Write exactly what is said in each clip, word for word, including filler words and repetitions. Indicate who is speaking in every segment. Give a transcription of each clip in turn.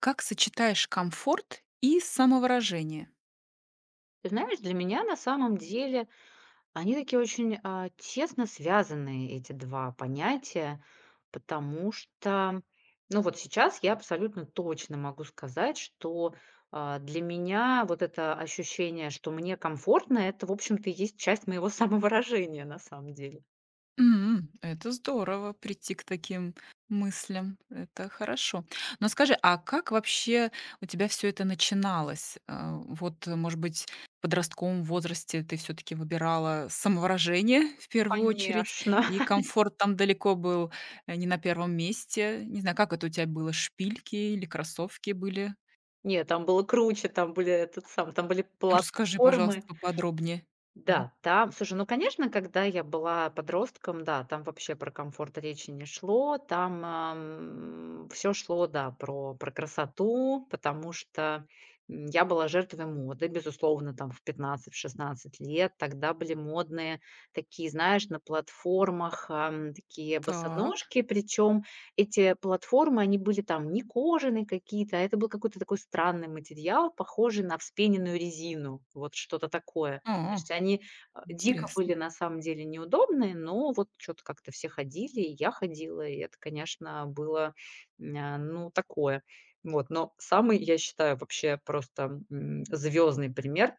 Speaker 1: Как сочетаешь комфорт и самовыражение?
Speaker 2: Ты знаешь, для меня на самом деле они такие очень, а, тесно связаны, эти два понятия, потому что, ну, вот сейчас я абсолютно точно могу сказать, что, а, для меня вот это ощущение, что мне комфортно, это, в общем-то, и есть часть моего самовыражения на самом деле.
Speaker 1: М, это здорово прийти к таким мыслям. Это хорошо. Но скажи, а как вообще у тебя все это начиналось? А, вот, э, может быть, в подростковом возрасте ты все таки выбирала самовыражение в первую очередь,
Speaker 2: Конечно.
Speaker 1: и комфорт там далеко был, э, не на первом месте. Не знаю, как это у тебя было, шпильки или кроссовки были?
Speaker 2: Нет, там было круче, там были этот сам, там были
Speaker 1: Расскажи, пожалуйста,
Speaker 2: платформы.
Speaker 1: поподробнее. Мгм.
Speaker 2: Да, там, слушай, ну, конечно, когда я была подростком, да, там вообще про комфорт речи не шло, там, все шло, да, про про красоту, потому что, м, я была жертвой моды, безусловно, там в пятнадцать-шестнадцать лет. Тогда были модные такие, знаешь, на платформах, ам, такие
Speaker 1: Так.
Speaker 2: босоножки, причем эти платформы, они были там не кожаные какие-то, а это был какой-то такой странный материал, похожий на вспененную резину, вот что-то такое. То
Speaker 1: А.
Speaker 2: есть они, а, дико
Speaker 1: Интересно.
Speaker 2: были на самом деле неудобные, но вот что то как-то все ходили, и я ходила, и это, конечно, было, м, а, ну, такое. Вот, но самый, я считаю, вообще просто, звездный пример,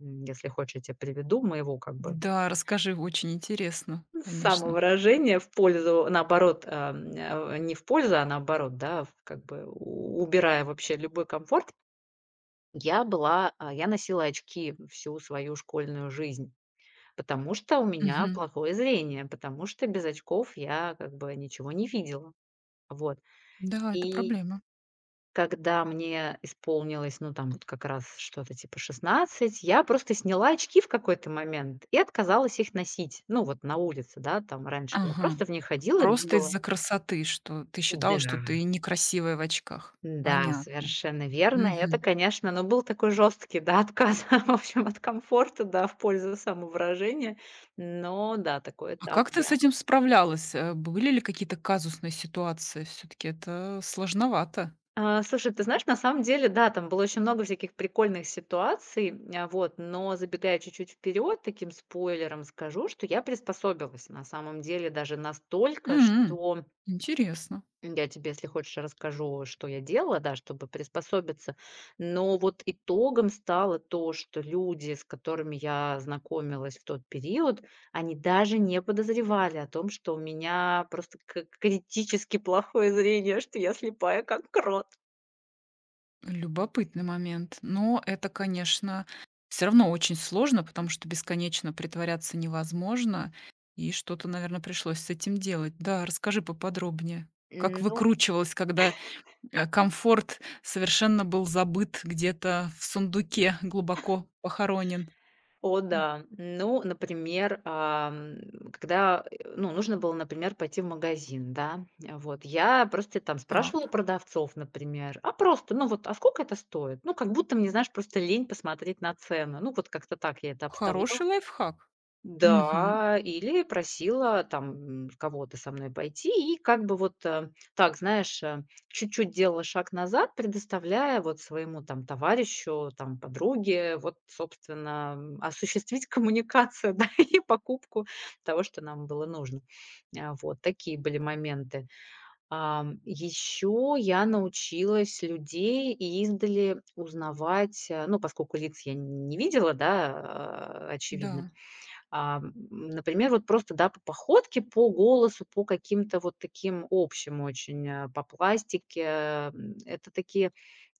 Speaker 2: м, если хочешь, я те приведу, моего как бы
Speaker 1: Да, расскажи, очень интересно, конечно.
Speaker 2: самовыражения в пользу, наоборот, ам, а, не в пользу, а наоборот, да, в как бы у убирая вообще любой комфорт. Я была, а, я носила очки всю свою школьную жизнь. Потому что у меня
Speaker 1: Мгм.
Speaker 2: плохое зрение, потому что без очков я как бы ничего не видела. Вот.
Speaker 1: Да, это
Speaker 2: И
Speaker 1: проблема.
Speaker 2: когда мне исполнилось, ну, там вот как раз что-то типа шестнадцати, я просто сняла очки в какой-то момент и отказалась их носить. Ну, вот на улице, да, там раньше я
Speaker 1: Ага.
Speaker 2: просто в них ходила, и мне
Speaker 1: Просто
Speaker 2: было.
Speaker 1: из-за красоты, что ты считала, что
Speaker 2: Да,
Speaker 1: ты некрасивая в очках.
Speaker 2: да,
Speaker 1: Понятно.
Speaker 2: совершенно верно. И это,
Speaker 1: Мгм.
Speaker 2: конечно, ну, был такой жесткий, да, отказ, в общем, от комфорта, да, в пользу самовыражения. Но да, такой
Speaker 1: А
Speaker 2: этап
Speaker 1: как ты с
Speaker 2: я.
Speaker 1: этим справлялась? Э, Были ли какие-то казусные ситуации? Все-таки это сложновато.
Speaker 2: А, слушай, ты знаешь, на самом деле, да, там было очень много всяких прикольных ситуаций, а, вот, но забегая чуть-чуть вперед, таким спойлером скажу, что я приспособилась на самом деле даже настолько,
Speaker 1: М.
Speaker 2: что
Speaker 1: Интересно.
Speaker 2: я тебе, если хочешь, расскажу, что я делала, да, чтобы приспособиться. Но вот итогом стало то, что люди, с которыми я знакомилась в тот период, они даже не подозревали о том, что у меня просто к- критически плохое зрение, что я слепая как крот.
Speaker 1: Любопытный момент. Но это, конечно, все равно очень сложно, потому что бесконечно притворяться невозможно, и что-то, наверное, пришлось с этим делать. Да, расскажи поподробнее, как
Speaker 2: М, ну,
Speaker 1: выкручивалась, когда, э, комфорт совершенно был забыт где-то в сундуке, глубоко похоронен.
Speaker 2: о
Speaker 1: М,
Speaker 2: да. Ну, например, ам, когда, э, ну, нужно было, например, пойти в магазин, да, э, вот, я просто там спрашивала у
Speaker 1: так,
Speaker 2: продавцов, например, а просто, ну, вот, а сколько это стоит? Ну, как будто мне, знаешь, просто лень посмотреть на цену. Ну, вот как-то так я это обставляла.
Speaker 1: хороший лайфхак. Мгм,
Speaker 2: Да, или просила там, м, кого-то со мной пойти и как бы вот, э, так, знаешь, э, чуть-чуть делала шаг назад, предоставляя вот своему там товарищу, там подруге вот, собственно, м, осуществить коммуникацию, да, и покупку того, что нам было нужно. А, вот такие были моменты. Еще я научилась людей издали узнавать, э, ну, поскольку лиц я не видела, да, а, очевидно,
Speaker 1: да.
Speaker 2: а, м, например, вот просто, да, по походке, по голосу, по каким-то вот таким общим очень, э, по пластике. М, это такие,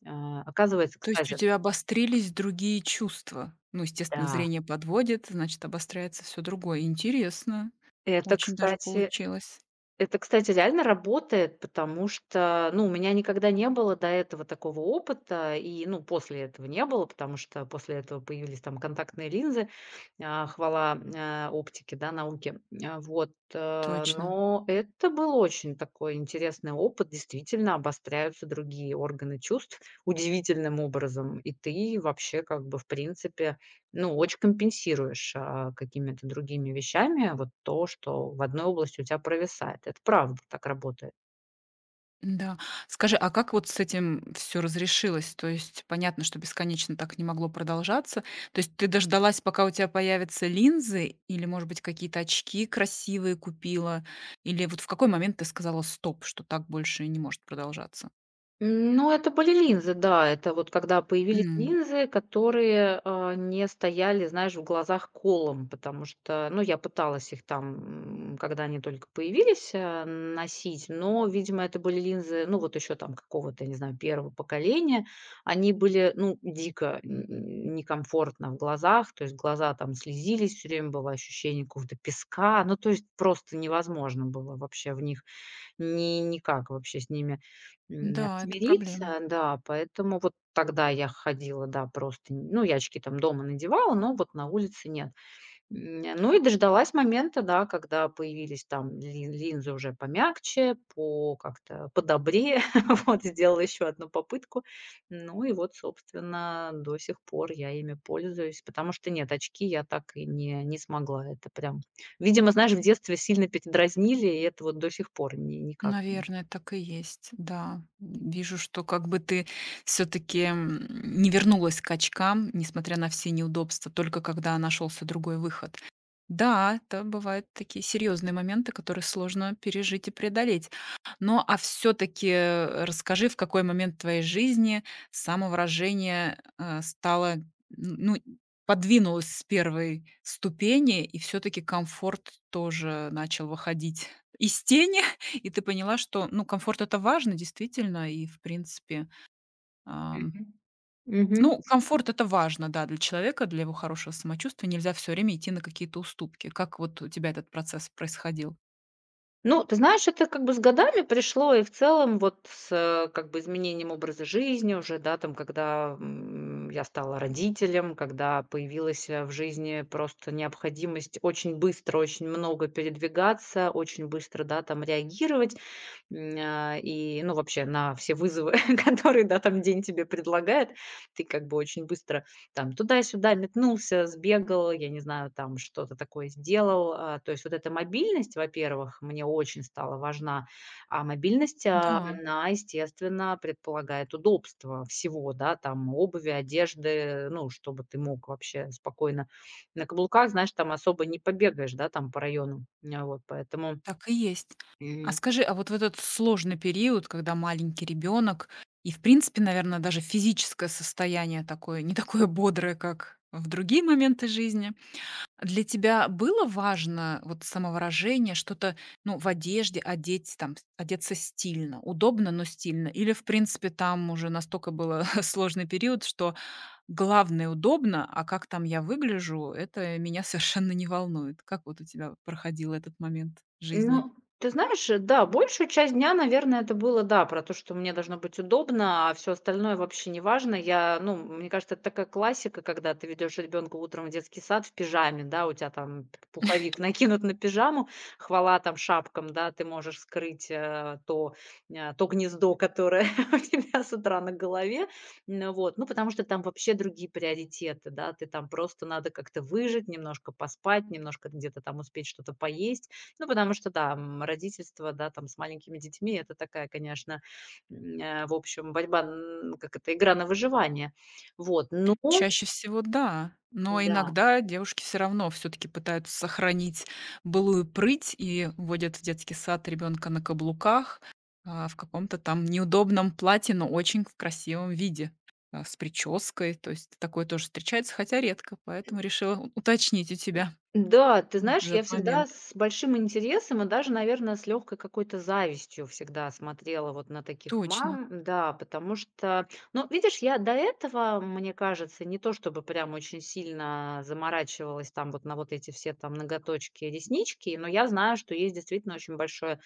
Speaker 2: а, оказывается,
Speaker 1: То есть у
Speaker 2: кстати,
Speaker 1: тебя обострились другие чувства? Ну, естественно,
Speaker 2: да,
Speaker 1: зрение подводит, значит, обостряется все другое. Интересно.
Speaker 2: это,
Speaker 1: Очень даже
Speaker 2: кстати
Speaker 1: получилось.
Speaker 2: Это, кстати, реально работает, потому что, ну, у меня никогда не было до этого такого опыта, и, ну, после этого не было, потому что после этого появились там контактные линзы, а, хвала, а, оптике, да, науке. А, вот, э,
Speaker 1: Точно.
Speaker 2: но это был очень такой интересный опыт. Действительно, обостряются другие органы чувств удивительным образом, и ты вообще как бы, в принципе, ну, очень компенсируешь, а, какими-то другими вещами вот то, что в одной области у тебя провисает. Это правда так работает.
Speaker 1: Да. Скажи, а как вот с этим все разрешилось? То есть понятно, что бесконечно так не могло продолжаться. То есть ты дождалась, пока у тебя появятся линзы, или, может быть, какие-то очки красивые купила? Или вот в какой момент ты сказала: "Стоп", что так больше не может продолжаться?
Speaker 2: Ну, это были линзы, да. Это вот когда появились
Speaker 1: М.
Speaker 2: линзы, которые, а, не стояли, знаешь, в глазах колом, потому что, ну, я пыталась их там, м, когда они только появились, э, носить, но, видимо, это были линзы, ну, вот еще там какого-то, я не знаю, первого поколения. Они были, ну, дико н н некомфортно в глазах, то есть глаза там слезились, все время было ощущение какого-то песка. Ну, то есть просто невозможно было вообще в них ни никак вообще с ними, м,
Speaker 1: Да, это проблема.
Speaker 2: смириться. Да, поэтому вот тогда я ходила, да, просто, ну, я очки там дома надевала, но вот на улице нет. М, ну и дождалась момента, да, когда появились там лин линзы уже помягче, по как-то подобрее. Вот, сделала еще одну попытку. Ну и вот, собственно, до сих пор я ими пользуюсь, потому что нет, очки я так и не не смогла. Это прям, видимо, знаешь, в детстве сильно передразнили, и это вот до сих пор ни никак не.
Speaker 1: Наверное, так и есть, да. Вижу, что как бы ты все-таки не вернулась к очкам, несмотря на все неудобства, только когда нашелся другой выход. Да, это бывают такие серьезные моменты, которые сложно пережить и преодолеть. Но а все-таки расскажи, в какой момент твоей жизни самовыражение э, стало, ну, подвинулось с первой ступени, и все-таки комфорт тоже начал выходить из тени и ты поняла, что, ну, комфорт- это важно, действительно. И, в принципе, ам,
Speaker 2: Мгм. Мгм.
Speaker 1: ну, комфорт- это важно, да, для человека, для его хорошего самочувствия. Нельзя все время идти на какие-то уступки. Как вот у тебя этот процесс происходил?
Speaker 2: Ну, ты знаешь, это как бы с годами пришло, и в целом вот с, э, как бы изменением образа жизни уже, да, там, когда м, я стала родителем, когда появилась э, в жизни просто необходимость очень быстро, очень много передвигаться, очень быстро, да, там реагировать, м, а, и, ну, вообще на все вызовы, которые, да, там день тебе предлагает, ты как бы очень быстро там туда-сюда метнулся, сбегал, я не знаю, там что-то такое сделал. А, то есть вот эта мобильность, во-первых, мне очень стала важна. А мобильность, а,
Speaker 1: Да,
Speaker 2: она, естественно, предполагает удобство всего, да, там обуви, одежды, ну, чтобы ты мог вообще спокойно на каблуках, знаешь, там особо не побегаешь, да, там по району. М, вот поэтому.
Speaker 1: так и есть. А скажи, а вот в этот сложный период, когда маленький ребенок и, в принципе, наверное, даже физическое состояние такое, не такое бодрое, как в другие моменты жизни. Для тебя было важно вот самовыражение, что-то, ну, в одежде одеть, там, с- одеться стильно, удобно, но стильно? Или, в принципе, там уже настолько было сложный период, что главное удобно, а как там я выгляжу, это меня совершенно не волнует? Как вот у тебя проходил этот момент жизни?
Speaker 2: Ну, ты знаешь, э, да, большую часть дня, наверное, это было, да, про то, что мне должно быть удобно, а все остальное вообще не важно. Я, ну, мне кажется, это такая классика, когда ты ведешь ребенка утром в детский сад в пижаме, да, у тебя там пуховик накинут на пижаму, хвала там шапкам, да, ты можешь скрыть э, то, э, то гнездо, которое у тебя с утра на голове, ну, вот, ну, потому что там вообще другие приоритеты, да, ты там просто надо как-то выжить, немножко поспать, немножко где-то там успеть что-то поесть, ну, потому что, да, м, родительство, да, там с маленькими детьми- это такая, конечно, м, э, в общем, борьба, н как это, игра на выживание. Вот, но
Speaker 1: Чаще всего да, но
Speaker 2: да.
Speaker 1: иногда девушки все равно все таки пытаются сохранить былую прыть и водят в детский сад ребенка на каблуках, а, в каком-то там неудобном платье, но очень в красивом виде, а, с прической. То есть такое тоже встречается, хотя редко, поэтому решила у уточнить у тебя
Speaker 2: Да, ты
Speaker 1: вот
Speaker 2: знаешь, я
Speaker 1: этот
Speaker 2: всегда
Speaker 1: момент.
Speaker 2: с большим интересом и даже, наверное, с легкой какой-то завистью всегда смотрела вот на таких
Speaker 1: Точно,
Speaker 2: мам. Да, потому что, ну, видишь, я до этого, мне кажется, не то чтобы прям очень сильно заморачивалась там вот на вот эти все там ноготочки реснички, но я знаю, что есть действительно очень большое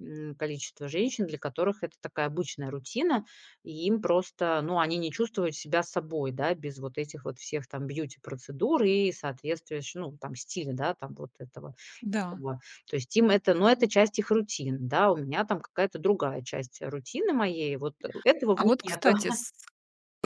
Speaker 2: м, количество женщин, для которых это такая обычная рутина, и им просто, ну, они не чувствуют себя собой, да, без вот этих вот всех там бьюти-процедур и соответствия, ну, там, стиля, да, там вот этого
Speaker 1: да.
Speaker 2: такого. То есть им это, ну, это часть их рутин, да, у меня там какая-то другая часть рутины моей, вот этого в
Speaker 1: А
Speaker 2: них
Speaker 1: вот,
Speaker 2: нет.
Speaker 1: кстати, с.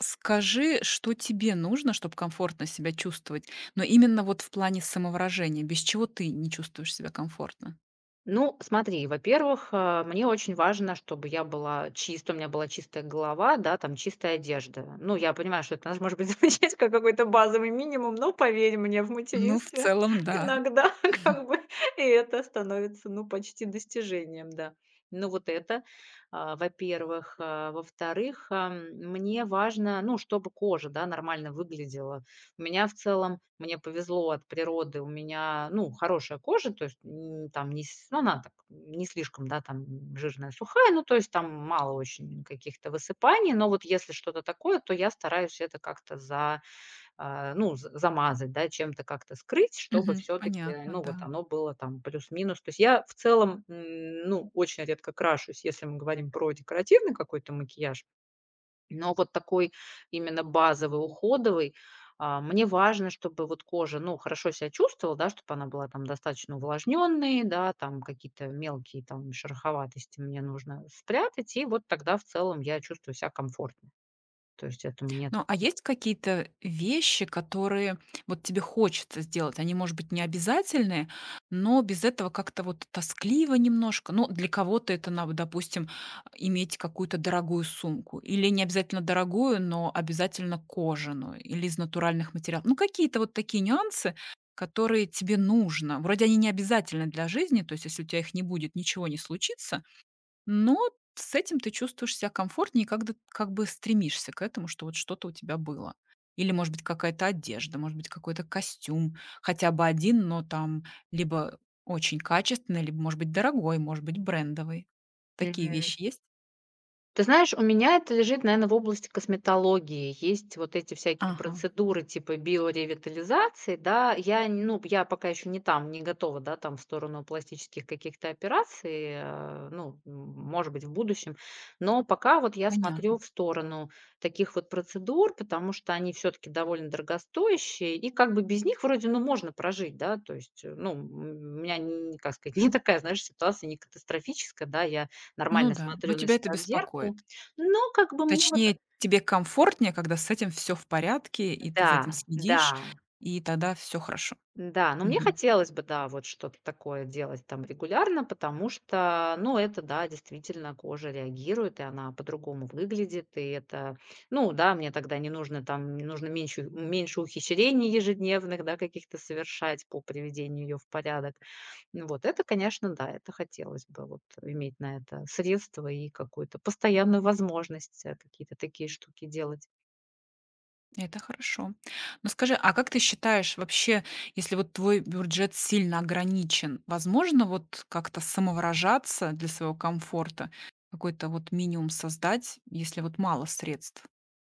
Speaker 1: Скажи, что тебе нужно, чтобы комфортно себя чувствовать, но именно вот в плане самовыражения, без чего ты не чувствуешь себя комфортно?
Speaker 2: Ну, смотри, во-первых, э, мне очень важно, чтобы я была чиста, у меня была чистая голова, да, там чистая одежда. Ну, я понимаю, что это может быть звучит как какой-то базовый минимум, но поверь мне, в
Speaker 1: Ну, в
Speaker 2: материнстве
Speaker 1: целом, да.
Speaker 2: иногда как бы и это становится, ну, почти достижением, да. Ну, вот это, а, во-первых. А, во-вторых, ам, мне важно, ну, чтобы кожа, да, нормально выглядела. У меня в целом, мне повезло от природы, у меня, ну, хорошая кожа, то есть, м, там не с ну, она так не слишком, да, там жирная, сухая, ну, то есть там мало очень каких-то высыпаний, но вот если что-то такое, то я стараюсь это как-то за, а, ну, з замазать, да, чем-то как-то скрыть, чтобы
Speaker 1: Мгм.
Speaker 2: все таки
Speaker 1: Понятно,
Speaker 2: ну, вот
Speaker 1: да.
Speaker 2: оно было там плюс-минус. То есть я в целом, м, ну, очень редко крашусь, если мы говорим про декоративный какой-то макияж. Но вот такой именно базовый, уходовый, а, мне важно, чтобы вот кожа, ну, хорошо себя чувствовала, да, чтобы она была там достаточно увлажненной, да, там какие-то мелкие там шероховатости мне нужно спрятать, и вот тогда в целом я чувствую себя комфортно. То есть это мне.
Speaker 1: Ну, а есть какие-то вещи, которые вот тебе хочется сделать? Они, может быть, не обязательные, но без этого как-то вот тоскливо немножко. Ну, для кого-то это надо, допустим, иметь какую-то дорогую сумку. Или не обязательно дорогую, но обязательно кожаную или из натуральных материалов. Ну, какие-то вот такие нюансы, которые тебе нужно. Вроде они не обязательны для жизни, то есть если у тебя их не будет, ничего не случится, но с этим ты чувствуешь себя комфортнее, и как д как бы стремишься к этому, что вот что-то у тебя было. Или, может быть, какая-то одежда, может быть, какой-то костюм, хотя бы один, но там либо очень качественный, либо, может быть, дорогой, может быть, брендовый. Такие
Speaker 2: Мгм.
Speaker 1: вещи есть?
Speaker 2: Ты знаешь, у меня это лежит, наверное, в области косметологии. Есть вот эти всякие
Speaker 1: Ага,
Speaker 2: процедуры типа биоревитализации, да. Я, н- ну, я пока еще не там, не готова, да, там в сторону пластических каких-то операций, э, ну, м, может быть, в будущем. Но пока вот я смотрю
Speaker 1: понятно.
Speaker 2: в сторону таких вот процедур, потому что они все-таки довольно дорогостоящие, и как бы без них вроде, ну, можно прожить, да. То есть, э, ну, м, у меня, н как сказать, не такая, знаешь, ситуация не катастрофическая, да. Я
Speaker 1: Ну
Speaker 2: нормально
Speaker 1: да, но
Speaker 2: смотрю на
Speaker 1: тебя это
Speaker 2: себя в зеркало.
Speaker 1: беспокоит.
Speaker 2: Но как бы мне вот.
Speaker 1: Точнее, тебе комфортнее, когда с этим все в порядке, и ты за этим
Speaker 2: Да, да.
Speaker 1: следишь, и тогда все хорошо.
Speaker 2: Да, но мне
Speaker 1: Мгм.
Speaker 2: хотелось бы, да, вот что-то такое делать там регулярно, потому что, ну, это, да, действительно кожа реагирует, и она по-другому выглядит, и это, ну, да, мне тогда не нужно там, не нужно меньше, меньше ухищрений ежедневных, да, каких-то совершать по приведению ее в порядок. Ну, вот это, конечно, да, это хотелось бы вот иметь на это средства и какую-то постоянную возможность э, какие-то такие штуки делать.
Speaker 1: Это хорошо. Но скажи, а как ты считаешь вообще, если вот твой бюджет сильно ограничен, возможно вот как-то самовыражаться для своего комфорта? Какой-то вот минимум создать, если вот мало средств?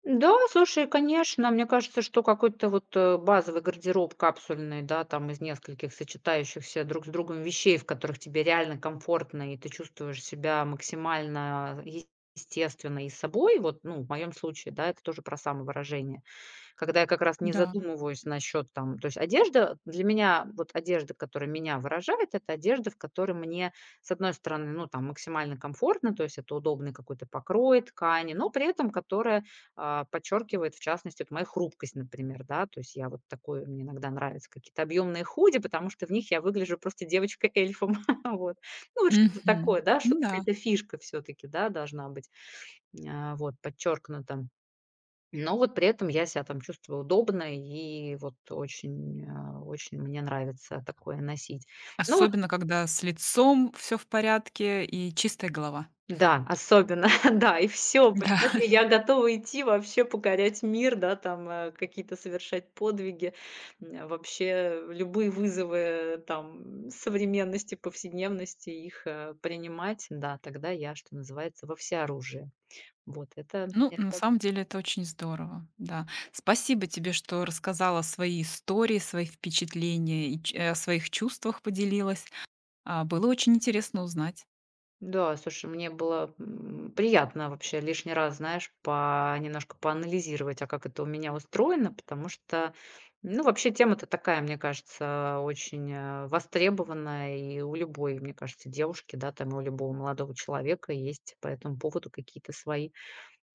Speaker 2: Да, слушай, конечно, мне кажется, что какой-то вот, э, базовый гардероб капсульный, да, там из нескольких сочетающихся друг с другом вещей, в которых тебе реально комфортно, и ты чувствуешь себя максимально е- естественно и собой. Вот, ну, в моем случае, да, это тоже про самовыражение. Когда я как раз не
Speaker 1: Да.
Speaker 2: задумываюсь насчет там то есть одежда для меня, вот одежда, которая меня выражает, это одежда, в которой мне, с одной стороны, ну, там максимально комфортно, то есть это удобный какой-то покрой ткани, но при этом которая, а, подчеркивает, в частности, вот мою хрупкость, например, да. То есть я вот такой, мне иногда нравятся какие-то объемные худи, потому что в них я выгляжу просто девочкой-эльфом. Вот. Ну, вот что-то
Speaker 1: Мгм.
Speaker 2: такое, да,
Speaker 1: Ну
Speaker 2: что
Speaker 1: да.
Speaker 2: какая-то фишка все-таки, да, должна быть, а, вот подчеркнута. Но вот при этом я себя там чувствую удобно, и вот очень, а, очень мне нравится такое носить. Ну вот
Speaker 1: Особенно, когда с лицом все в порядке и чистая голова.
Speaker 2: да, особенно, да, и все,
Speaker 1: Да.
Speaker 2: понимаешь, и я готова идти вообще покорять мир, да, там, э, какие-то совершать подвиги, м, вообще любые вызовы, э, там современности, повседневности, их, э, принимать. Да, тогда я, что называется, во всеоружии. Вот это
Speaker 1: Ну, на
Speaker 2: это
Speaker 1: самом деле это очень здорово, да. Спасибо тебе, что рассказала свои истории, свои впечатления и ч э, о своих чувствах поделилась. А, было очень интересно узнать.
Speaker 2: Да, слушай, мне было, м, приятно вообще лишний раз, знаешь, по немножко поанализировать, а как это у меня устроено, потому что, ну, вообще тема-то такая, мне кажется, очень, э, востребованная и у любой, мне кажется, девушки, да, там и у любого молодого человека есть по этому поводу какие-то свои,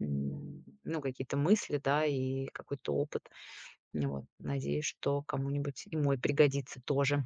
Speaker 2: м, ну, какие-то мысли, да, и какой-то опыт. Ну вот, надеюсь, что кому-нибудь и мой пригодится тоже.